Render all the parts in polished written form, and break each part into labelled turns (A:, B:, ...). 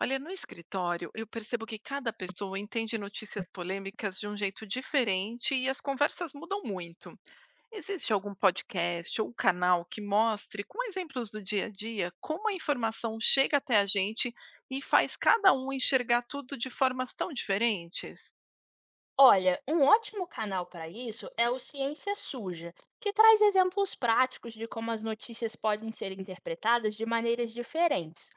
A: Olha, no escritório, eu percebo que cada pessoa entende notícias polêmicas de um jeito diferente e as conversas mudam muito. Existe algum podcast ou canal que mostre, com exemplos do dia a dia, como a informação chega até a gente e faz cada um enxergar tudo de formas tão diferentes?
B: Olha, um ótimo canal para isso é o Ciência Suja, que traz exemplos práticos de como as notícias podem ser interpretadas de maneiras diferentes.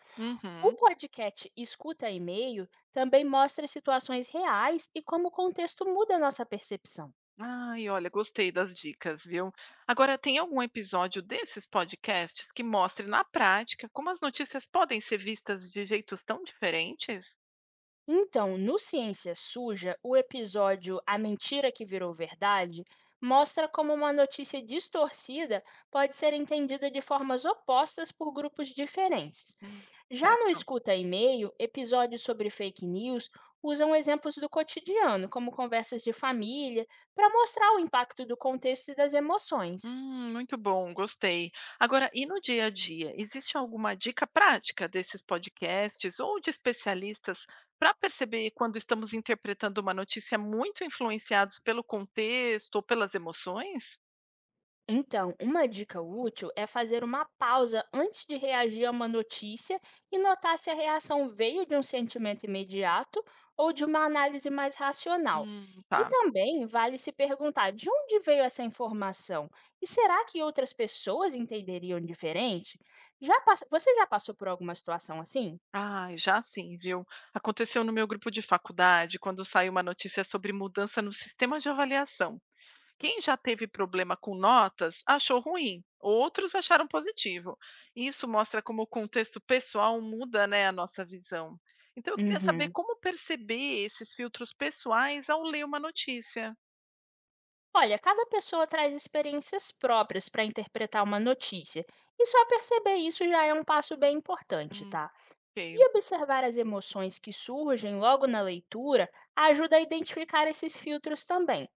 B: O
A: Uhum.
B: podcast Escuta e-mail também mostra situações reais e como o contexto muda a nossa percepção.
A: Ai, olha, gostei das dicas, viu? Agora, tem algum episódio desses podcasts que mostre na prática como as notícias podem ser vistas de jeitos tão diferentes?
B: Então, no Ciência Suja, o episódio A Mentira que Virou Verdade mostra como uma notícia distorcida pode ser entendida de formas opostas por grupos diferentes.
A: Hum,
B: Já no
A: certo.
B: Escuta E-mail, episódios sobre fake news usam exemplos do cotidiano, como conversas de família, para mostrar o impacto do contexto e das emoções.
A: Muito bom, gostei. Agora, e no dia a dia, existe alguma dica prática desses podcasts ou de especialistas para perceber quando estamos interpretando uma notícia muito influenciados pelo contexto ou pelas emoções?
B: Então, uma dica útil é fazer uma pausa antes de reagir a uma notícia e notar se a reação veio de um sentimento imediato ou de uma análise mais racional. E
A: Tá.
B: também vale se perguntar de onde veio essa informação e será que outras pessoas entenderiam diferente? Você já passou por alguma situação assim?
A: Ah, já sim, viu? Aconteceu no meu grupo de faculdade, quando saiu uma notícia sobre mudança no sistema de avaliação. Quem já teve problema com notas achou ruim, outros acharam positivo. Isso mostra como o contexto pessoal muda, né, a nossa visão. Então eu queria saber
B: Uhum.
A: como perceber esses filtros pessoais ao ler uma notícia.
B: Olha, cada pessoa traz experiências próprias para interpretar uma notícia, e só perceber isso já é um passo bem importante,
A: Hum,
B: tá?
A: ok.
B: E observar as emoções que surgem logo na leitura ajuda a identificar esses filtros também.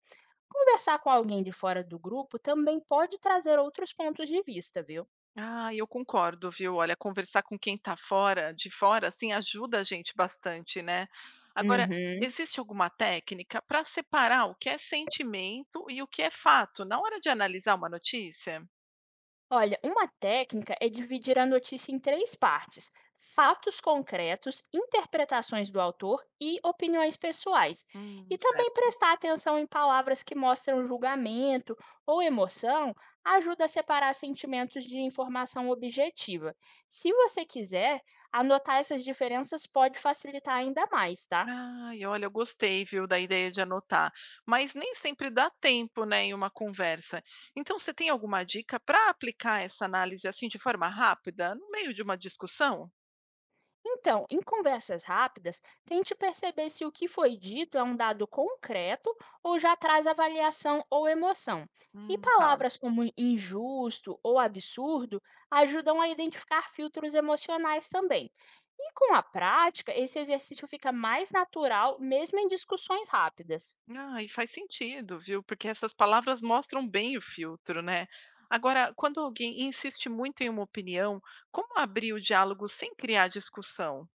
B: Conversar com alguém de fora do grupo também pode trazer outros pontos de vista, viu?
A: Ah, eu concordo, viu? Olha, conversar com quem está fora, de fora, assim, ajuda a gente bastante, né? Agora,
B: Uhum.
A: existe alguma técnica para separar o que é sentimento e o que é fato na hora de analisar uma notícia?
B: Olha, uma técnica é dividir a notícia em três partes: fatos concretos, interpretações do autor e opiniões pessoais. E também
A: Certo.
B: prestar atenção em palavras que mostram julgamento ou emoção ajuda a separar sentimentos de informação objetiva. Se você quiser, anotar essas diferenças pode facilitar ainda mais, tá?
A: Ai, olha, eu gostei, viu, da ideia de anotar, mas nem sempre dá tempo, né, em uma conversa. Então, você tem alguma dica para aplicar essa análise assim de forma rápida, no meio de uma discussão?
B: Então, em conversas rápidas, tente perceber se o que foi dito é um dado concreto ou já traz avaliação ou emoção. E
A: Tá.
B: palavras como injusto ou absurdo ajudam a identificar filtros emocionais também. E com a prática, esse exercício fica mais natural, mesmo em discussões rápidas.
A: Ah, e faz sentido, viu? Porque essas palavras mostram bem o filtro, né? Agora, quando alguém insiste muito em uma opinião, como abrir o diálogo sem criar discussão?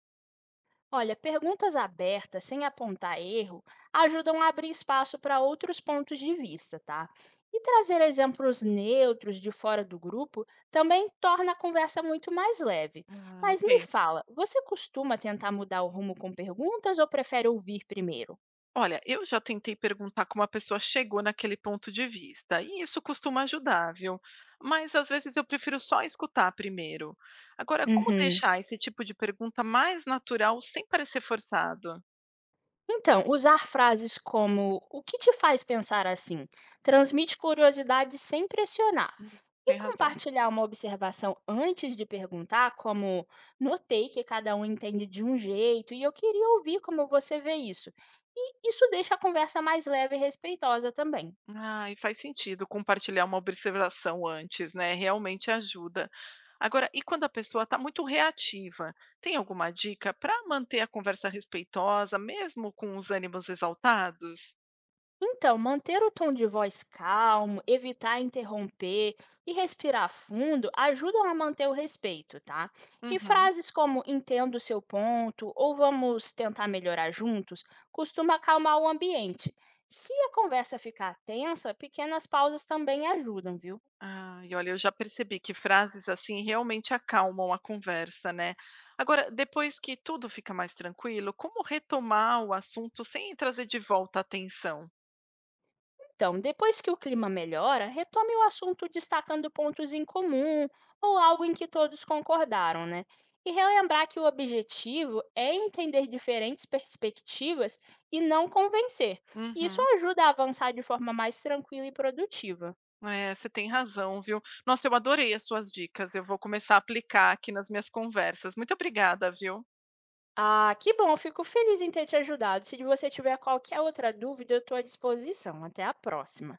B: Olha, perguntas abertas, sem apontar erro, ajudam a abrir espaço para outros pontos de vista, tá? E trazer exemplos neutros de fora do grupo também torna a conversa muito mais leve.
A: Ah,
B: Mas me
A: ok.
B: fala, você costuma tentar mudar o rumo com perguntas ou prefere ouvir primeiro?
A: Olha, eu já tentei perguntar como a pessoa chegou naquele ponto de vista, e isso costuma ajudar, viu? Mas às vezes eu prefiro só escutar primeiro. Agora, como
B: Uhum.
A: deixar esse tipo de pergunta mais natural sem parecer forçado?
B: Então, usar frases como "O que te faz pensar assim?" transmite curiosidade sem pressionar.
A: Hum,
B: E
A: Tem razão.
B: compartilhar uma observação antes de perguntar, como "Notei que cada um entende de um jeito e eu queria ouvir como você vê isso." E isso deixa a conversa mais leve e respeitosa também.
A: Ah, e faz sentido compartilhar uma observação antes, né? Realmente ajuda. Agora, e quando a pessoa está muito reativa, tem alguma dica para manter a conversa respeitosa, mesmo com os ânimos exaltados?
B: Então, manter o tom de voz calmo, evitar interromper e respirar fundo ajudam a manter o respeito, tá? E
A: Uhum.
B: frases como entendo o seu ponto ou vamos tentar melhorar juntos costuma acalmar o ambiente. Se a conversa ficar tensa, pequenas pausas também ajudam, viu?
A: Ah, e olha, eu já percebi que frases assim realmente acalmam a conversa, né? Agora, depois que tudo fica mais tranquilo, como retomar o assunto sem trazer de volta a atenção?
B: Então, depois que o clima melhora, retome o assunto destacando pontos em comum ou algo em que todos concordaram, né? E relembrar que o objetivo é entender diferentes perspectivas e não convencer. Isso
A: Uhum.
B: ajuda a avançar de forma mais tranquila e produtiva.
A: É, você tem razão, viu? Nossa, eu adorei as suas dicas. Eu vou começar a aplicar aqui nas minhas conversas. Muito obrigada, viu?
B: Ah, que bom, fico feliz em ter te ajudado. Se você tiver qualquer outra dúvida, eu estou à disposição. Até a próxima.